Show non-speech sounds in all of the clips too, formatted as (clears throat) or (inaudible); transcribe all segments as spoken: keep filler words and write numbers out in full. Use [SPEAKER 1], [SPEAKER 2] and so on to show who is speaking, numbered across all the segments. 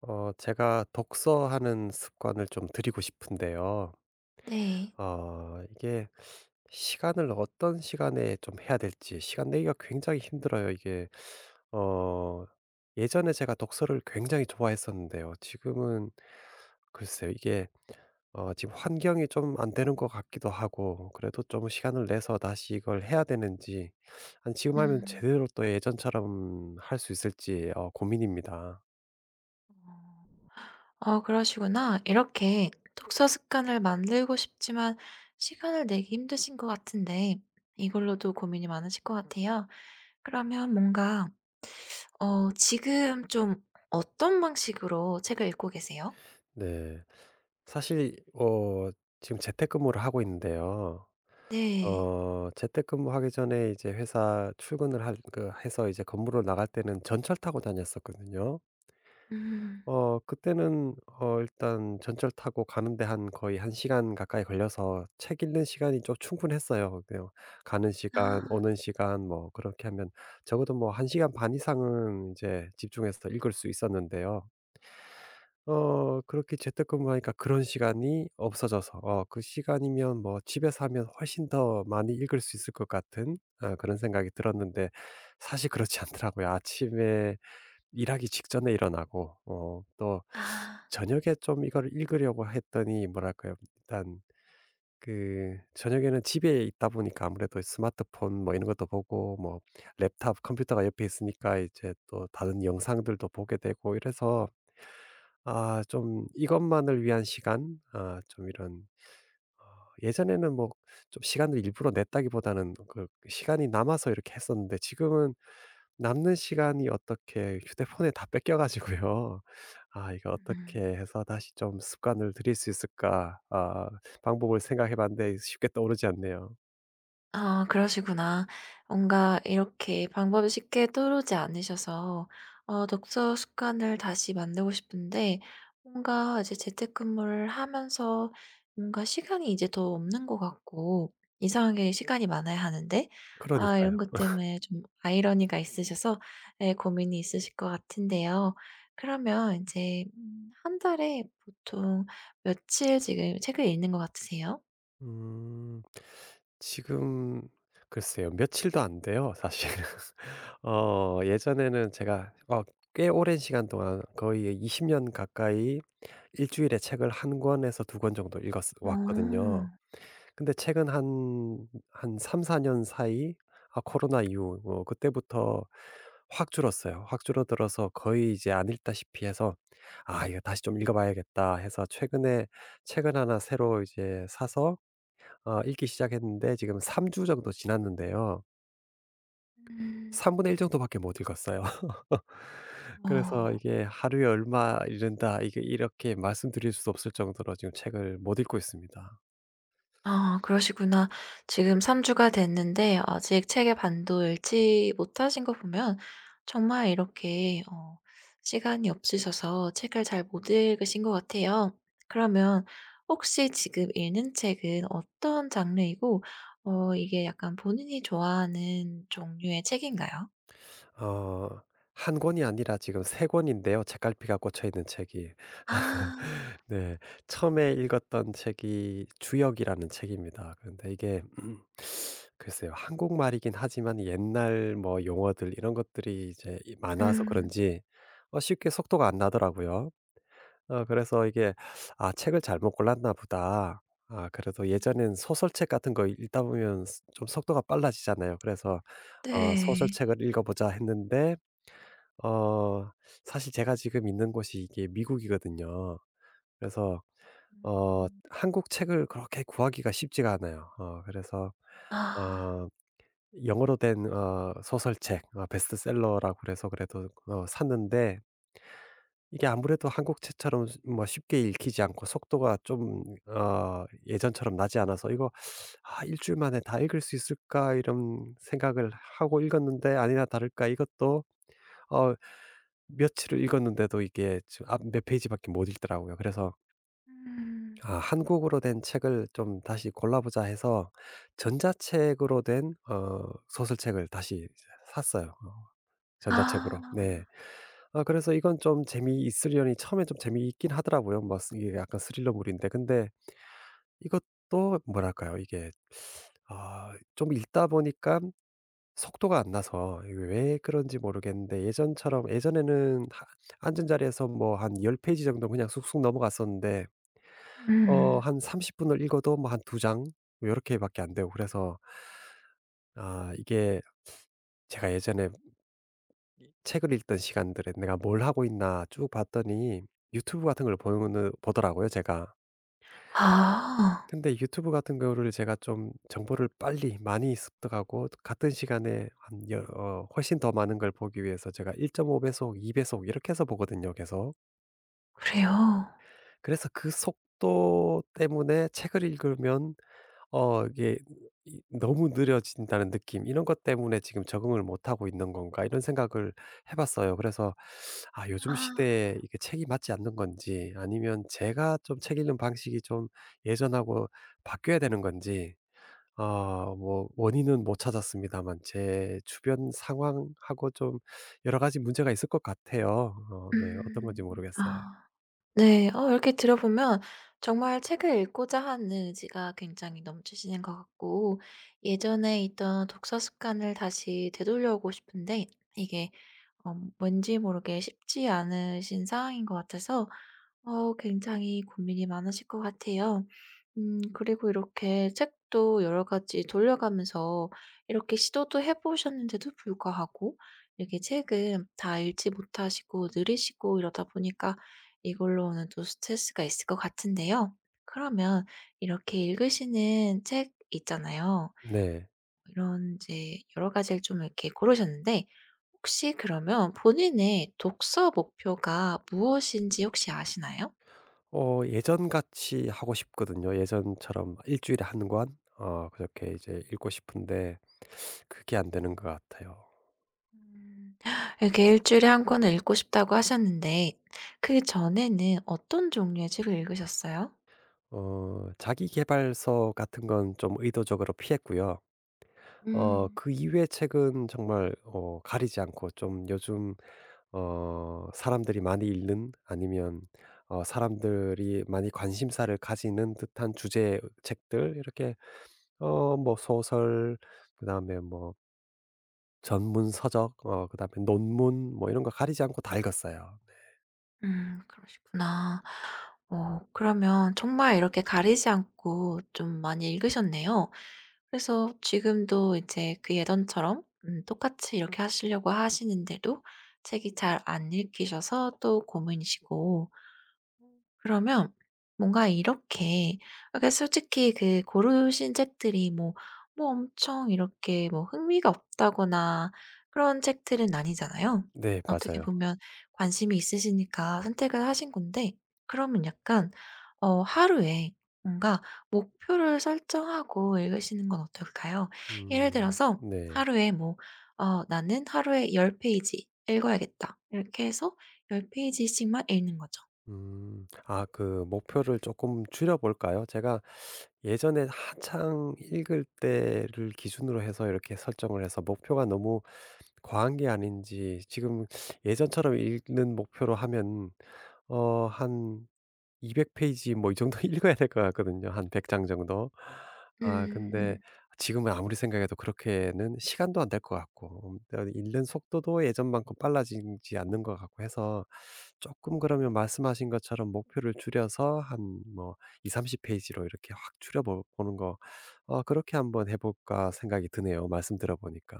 [SPEAKER 1] 어, 제가 독서하는 습관을 좀 드리고 싶은데요.
[SPEAKER 2] 네.
[SPEAKER 1] 어, 이게 시간을 어떤 시간에 좀 해야 될지 시간 내기가 굉장히 힘들어요. 이게 어, 예전에 제가 독서를 굉장히 좋아했었는데요. 지금은 글쎄요. 이게 어, 지금 환경이 좀 안 되는 것 같기도 하고, 그래도 좀 시간을 내서 다시 이걸 해야 되는지 아니 지금 하면
[SPEAKER 2] 음.
[SPEAKER 1] 제대로 또 예전처럼 할 수 있을지 어, 고민입니다.
[SPEAKER 2] 어 그러시구나. 이렇게 독서 습관을 만들고 싶지만 시간을 내기 힘드신 것 같은데 이걸로도 고민이 많으실 것 같아요. 그러면 뭔가 어 지금 좀 어떤 방식으로 책을 읽고 계세요?
[SPEAKER 1] 네. 사실 어 지금 재택근무를 하고 있는데요.
[SPEAKER 2] 네.
[SPEAKER 1] 어 재택근무하기 전에 이제 회사 출근을 할 그 해서 이제 건물을 나갈 때는 전철 타고 다녔었거든요.
[SPEAKER 2] 음.
[SPEAKER 1] 어 그때는 어 일단 전철 타고 가는데 한 거의 한 시간 가까이 걸려서 책 읽는 시간이 좀 충분했어요. 그냥 가는 시간
[SPEAKER 2] 아.
[SPEAKER 1] 오는 시간 뭐 그렇게 하면 적어도 뭐 한 시간 반 이상은 이제 집중해서 읽을 수 있었는데요. 어 그렇게 재택근무 하니까 그런 시간이 없어져서 어 그 시간이면 뭐 집에서 하면 훨씬 더 많이 읽을 수 있을 것 같은, 아, 그런 생각이 들었는데 사실 그렇지 않더라고요. 아침에 일하기 직전에 일어나고 어 또
[SPEAKER 2] 아.
[SPEAKER 1] 저녁에 좀 이걸 읽으려고 했더니 뭐랄까요? 일단 그 저녁에는 집에 있다 보니까 아무래도 스마트폰 뭐 이런 것도 보고 뭐 랩탑 컴퓨터가 옆에 있으니까 이제 또 다른 영상들도 보게 되고 이래서 아 좀 이것만을 위한 시간, 아 좀 이런, 어 예전에는 뭐 좀 시간을 일부러 냈다기보다는 그 시간이 남아서 이렇게 했었는데, 지금은 남는 시간이 어떻게 휴대폰에 다 뺏겨 가지고요. (laughs) '아 이거 어떻게
[SPEAKER 2] 음.
[SPEAKER 1] 해서 다시 좀 습관을 들일 수 있을까?' 아 방법을 생각해 봤는데 쉽게 떠오르지 않네요.
[SPEAKER 2] 아 그러시구나. 뭔가 이렇게 방법이 쉽게 떠오르지 않으셔서 어 독서 습관을 다시 만들고 싶은데 뭔가 이제 재택근무를 하면서 뭔가 시간이 이제 더 없는 것 같고 이상하게 시간이 많아야 하는데 아 이런
[SPEAKER 1] 그러니까요.
[SPEAKER 2] 것 때문에 좀 아이러니가 있으셔서 예 고민이 있으실 것 같은데요. 그러면 이제 음 한 달에 보통 며칠 지금 책을 읽는 것 같으세요?
[SPEAKER 1] 음. 지금 글쎄요. 며칠도 안 돼요, 사실. (laughs) 어 예전에는 제가 어 꽤 오랜 시간 동안 거의 이십 년 가까이 일 주일에 책을 한 권에서 두 권 정도 읽었어
[SPEAKER 2] 오,
[SPEAKER 1] 왔거든요. 근데 최근 한 한 삼 사 년 사이, 아 코로나 이후 어 그때부터 확 줄었어요. 확 줄어들어서 거의 이제 안 읽다시피 해서 '아 이거 다시 좀 읽어 봐야겠다.' 해서 최근에 책을 하나 새로 이제 사서 어 읽기 시작했는데 지금 삼 주 정도 지났는데요.
[SPEAKER 2] 음.
[SPEAKER 1] 삼분의 일 정도밖에 못 읽었어요. (laughs)
[SPEAKER 2] 어.
[SPEAKER 1] 그래서 이게 '하루에 얼마 읽는다.' 이게 이렇게 말씀드릴 수 없을 정도로 지금 책을 못 읽고 있습니다.
[SPEAKER 2] 아 그러시구나. 지금 삼 주가 됐는데 아직 책의 반도 읽지 못하신 거 보면 정말 이렇게 어 시간이 없으셔서 책을 잘 못 읽으신 것 같아요. 그러면 혹시 지금 읽는 책은 어떤 장르이고 어 이게 약간 본인이 좋아하는 종류의 책인가요?
[SPEAKER 1] 어 한 권이 아니라 지금 세 권인데요, 책갈피가 꽂혀 있는 책이.
[SPEAKER 2] 아.
[SPEAKER 1] (laughs) 네. 처음에 읽었던 책이 주역이라는 책입니다. 그런데 이게 (clears throat) 글쎄요. 한국말이긴 하지만 옛날 뭐 용어들 이런 것들이 이제 이 많아서
[SPEAKER 2] 음.
[SPEAKER 1] 그런지 어 쉽게 속도가 안 나더라고요. 어 그래서 이게 '아 책을 잘못 골랐나 보다.' 아 그래도 예전엔 소설책 같은 거 읽다 보면 좀 속도가 빨라지잖아요. 그래서 어
[SPEAKER 2] 네.
[SPEAKER 1] '소설책을 읽어 보자.' 했는데 어 사실 제가 지금 있는 곳이 이게 미국이거든요. 그래서 어
[SPEAKER 2] 음.
[SPEAKER 1] 한국 책을 그렇게 구하기가 쉽지가 않아요. 어 그래서
[SPEAKER 2] 아.
[SPEAKER 1] 어 영어로 된 어 소설책 어 베스트셀러라고 그래서 그래도 어 샀는데 이게 아무래도 한국 책처럼 수- 뭐 쉽게 읽히지 않고 속도가 좀 어 예전처럼 나지 않아서 이거 '아 일 주일 만에 다 읽을 수 있을까?' 이런 생각을 하고 읽었는데 아니나 다를까 이것도 어 며칠을 읽었는데도 이게 지금 앞 몇 페이지밖에 못 읽더라고요. 그래서
[SPEAKER 2] 음.
[SPEAKER 1] '아 한국어로 된 책을 좀 다시 골라 보자.' 해서 전자책으로 된 어 소설책을 다시 이제 샀어요, 어
[SPEAKER 2] 아.
[SPEAKER 1] 전자책으로. 네. 아 그래서 이건 좀 재미있으려니 처음엔 좀 재미있긴 하더라고요. 뭐 쓰- 이게 약간 스릴러물인데, 근데 이것도 뭐랄까요? 이게 아 좀 읽다 보니까 속도가 안 나서, 이게 왜 그런지 모르겠는데 예전처럼 예전에는 하 앉은 자리에서 뭐 한 십 페이지 정도 그냥 쑥쑥 넘어갔었는데, 어
[SPEAKER 2] 음.
[SPEAKER 1] 한 삼십 분을 읽어도 뭐 한 두 장 이렇게 밖에 안 되고 그래서, 아 이게 제가 예전에 책을 읽던 시간들에 '내가 뭘 하고 있나.' 쭉 봤더니 유튜브 같은 걸 보는 보더라고요, 제가.
[SPEAKER 2] 아.
[SPEAKER 1] 근데 유튜브 같은 거를 제가 좀 정보를 빨리 많이 습득하고 같은 시간에 한 여 어 훨씬 더 많은 걸 보기 위해서 제가 일 점 오 배속, 이 배속 이렇게 해서 보거든요, 계속.
[SPEAKER 2] 그래요?
[SPEAKER 1] 그래서 그 속도 때문에 책을 읽으면 어 이게 이 '너무 느려진다.'는 느낌, 이런 것 때문에 지금 '적응을 못 하고 있는 건가.' 이런 생각을 해 봤어요. 그래서 '아 요즘
[SPEAKER 2] 아.
[SPEAKER 1] 시대에 이게 책이 맞지 않는 건지, 아니면 제가 좀 책 읽는 방식이 좀 예전하고 바뀌어야 되는 건지.' 아 뭐 원인은 못 찾았습니다만 제 주변 상황하고 좀 여러 가지 문제가 있을 것 같아요. 어 네. 어떤 건지
[SPEAKER 2] 음.
[SPEAKER 1] 모르겠어요.
[SPEAKER 2] 아. 네. 어 이렇게 들어보면 정말 책을 읽고자 하는 의지가 굉장히 넘치시는 것 같고 예전에 있던 독서 습관을 다시 되돌려 오고 싶은데 이게 어지 모르게 쉽지 않으신 상황인 것 같아서 어 굉장히 고민이 많으실 것 같아요. 음 그리고 이렇게 책도 여러 가지 돌려가면서 이렇게 시도도 해 보셨는데도 불구하고 이렇게 책은 다 읽지 못하시고 느리시고 이러다 보니까 이걸로 는 또 스트레스가 있을 것 같은데요. 그러면 이렇게 읽으시는 책 있잖아요.
[SPEAKER 1] 네.
[SPEAKER 2] 이런 이제 여러 가지를 좀 이렇게 고르셨는데 혹시 그러면 본인의 독서 목표가 무엇인지 혹시 아시나요?
[SPEAKER 1] 어 예전같이 하고 싶거든요. 예전처럼 일 주일에 한 권, 어 그렇게 이제 읽고 싶은데 그게 안 되는 것 같아요.
[SPEAKER 2] 음. 이렇게 일 주일에 한 권을 읽고 싶다고 하셨는데 그 전에는 어떤 종류의 책을 읽으셨어요?
[SPEAKER 1] 어 자기계발서 같은 건 좀 의도적으로 피했고요. 어
[SPEAKER 2] 음.
[SPEAKER 1] 그 이외의 책은 정말 어 가리지 않고, 좀 요즘 어 사람들이 많이 읽는, 아니면 어 사람들이 많이 관심사를 가지는 듯한 주제 책들, 이렇게 어 뭐 소설, 그다음에 뭐 전문 서적, 어 그다음에 논문 뭐 이런 거 가리지 않고 다 읽었어요.
[SPEAKER 2] 음 그러시구나. 어 그러면 정말 이렇게 가리지 않고 좀 많이 읽으셨네요. 그래서 지금도 이제 그 예전처럼 음 똑같이 이렇게 하시려고 하시는데도 책이 잘 안 읽히셔서 또 고민이시고 그러면 뭔가 이렇게 그러니까 솔직히 그 고르신 책들이 뭐 뭐 엄청 이렇게 뭐 흥미가 없다거나 그런 책들은 아니잖아요.
[SPEAKER 1] 네,
[SPEAKER 2] 어떻게
[SPEAKER 1] 맞아요.
[SPEAKER 2] 보면 관심이 있으시니까 선택을 하신 건데 그러면 약간 어 하루에 뭔가 목표를 설정하고 읽으시는 건 어떨까요? 예를
[SPEAKER 1] 음.
[SPEAKER 2] 들어서
[SPEAKER 1] 네.
[SPEAKER 2] 하루에 뭐 어 '나는 하루에 십 페이지 읽어야겠다.' 이렇게 해서 십 페이지씩만 읽는 거죠.
[SPEAKER 1] 음. 아 그 목표를 조금 줄여 볼까요? 제가 예전에 한창 읽을 때를 기준으로 해서 이렇게 설정을 해서 목표가 너무 과한 게 아닌지. 지금 예전처럼 읽는 목표로 하면 어 한 이백 페이지 뭐 이 정도 (laughs) 읽어야 될 것 같거든요. 한 백 장 정도. 아 근데
[SPEAKER 2] 음.
[SPEAKER 1] 지금은 아무리 생각해도 그렇게는 시간도 안 될 것 같고, 음 또 읽는 속도도 예전만큼 빨라지지 않는 것 같고 해서, 조금 그러면 말씀하신 것처럼 목표를 줄여서 한 뭐 이삼십 페이지로 이렇게 확 줄여 보 보는 거, 어 그렇게 한번 해 볼까 생각이 드네요, 말씀 들어 보니까.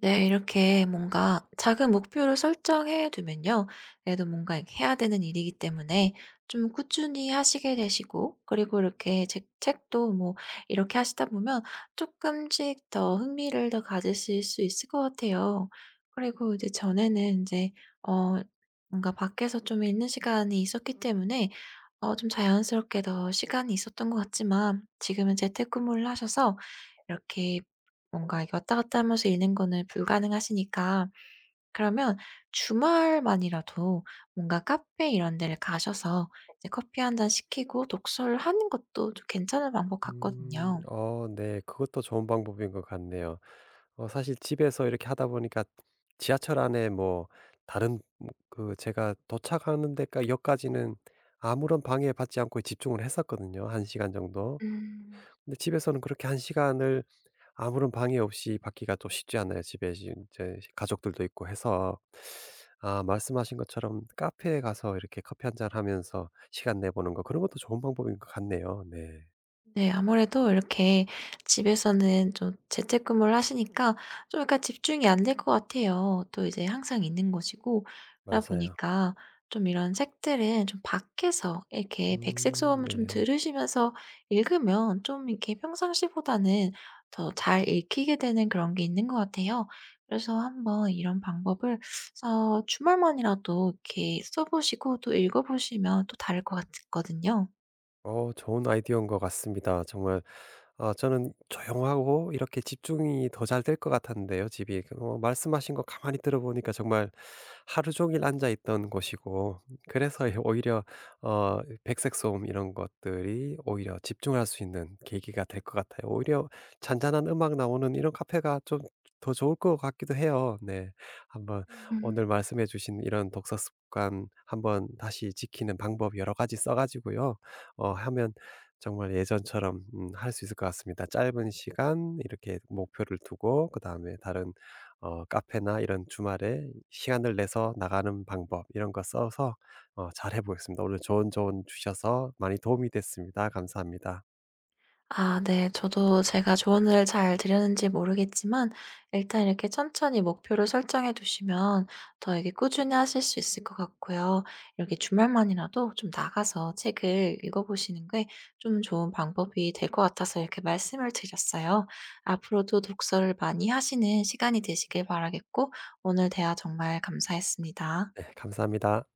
[SPEAKER 2] 네, 이렇게 뭔가 작은 목표를 설정해 두면요. 그래도 뭔가 이렇게 해야 되는 일이기 때문에 좀 꾸준히 하시게 되시고, 그리고 이렇게 책, 책도 뭐 이렇게 하시다 보면 조금씩 더 흥미를 더 가지실 수 있을 것 같아요. 그리고 이제 전에는 이제, 어, 뭔가 밖에서 좀 있는 시간이 있었기 때문에 어, 좀 자연스럽게 더 시간이 있었던 것 같지만 지금은 재택근무를 하셔서 이렇게 뭔가 이게 왔다 갔다 하면서 읽는 거는 불가능하시니까 그러면 주말만이라도 뭔가 카페 이런 데를 가셔서 이제 커피 한 잔 시키고 독서를 하는 것도 좀 괜찮은 방법
[SPEAKER 1] 음.
[SPEAKER 2] 같거든요.
[SPEAKER 1] 어 네. 그것도 좋은 방법인 것 같네요. 어 사실 집에서 이렇게 하다 보니까. 지하철 안에 뭐 다른, 음 그 제가 도착하는 데까 역까지는 아무런 방해받지 않고 집중을 했었거든요, 한 시간 정도.
[SPEAKER 2] 음.
[SPEAKER 1] 근데 집에서는 그렇게 한 시간을 아무런 방해 없이 받기가 또 쉽지 않아요. 집에 지제 가족들도 있고 해서. 아 말씀하신 것처럼 카페에 가서 이렇게 커피 한잔 하면서 시간 내보는 거, 그런 것도 좋은 방법인 것 같네요. 네.
[SPEAKER 2] 네. 아무래도 이렇게 집에서는 좀 재택근무를 하시니까 좀 약간 집중이 안 될 것 같아요. 또 이제 항상 있는 것이고 그러다
[SPEAKER 1] 맞아요.
[SPEAKER 2] 보니까 좀 이런 책들은 좀 밖에서 이렇게 백색
[SPEAKER 1] 음.
[SPEAKER 2] 소음을 좀
[SPEAKER 1] 네.
[SPEAKER 2] 들으시면서 읽으면 좀 이렇게 평상시보다는 더 잘 읽히게 되는 그런 게 있는 것 같아요. 그래서 한번 이런 방법을 어 주말만이라도 이렇게 써 보시고 또 읽어 보시면 또 다를 것 같거든요.
[SPEAKER 1] 어 좋은 아이디어인 것 같습니다. 정말, 아 저는 조용하고 이렇게 집중이 더 잘 될 것 같았는데요, 집이. 그, 어 말씀하신 거 가만히 들어보니까 정말 하루 종일 앉아 있던 곳이고, 그래서 (laughs) 오히려 어 백색 소음 이런 것들이 오히려 집중할 수 있는 계기가 될 것 같아요. 오히려 잔잔한 음악 나오는 이런 카페가 좀 더 좋을 것 같기도 해요. 네. 한번 오늘
[SPEAKER 2] 음.
[SPEAKER 1] 말씀해 주신 이런 독서 습관 한번 다시 지키는 방법 여러 가지 써 가지고요. 어 하면 정말 예전처럼 음 할 수 있을 것 같습니다. 짧은 시간 이렇게 목표를 두고 그다음에 다른 어 카페나 이런 주말에 시간을 내서 나가는 방법 이런 거 써서 어 잘해 보겠습니다. 오늘 좋은 조언 주셔서 많이 도움이 됐습니다. 감사합니다.
[SPEAKER 2] 아 네. 저도 제가 조언을 잘 드렸는지 모르겠지만 일단 이렇게 천천히 목표를 설정해 두시면 더 이게 꾸준히 하실 수 있을 것 같고요. 이렇게 주말만이라도 좀 나가서 책을 읽어 보시는 게 좀 좋은 방법이 될 것 같아서 이렇게 말씀을 드렸어요. 앞으로도 독서를 많이 하시는 시간이 되시길 바라겠고 오늘 대화 정말 감사했습니다.
[SPEAKER 1] 네, 감사합니다.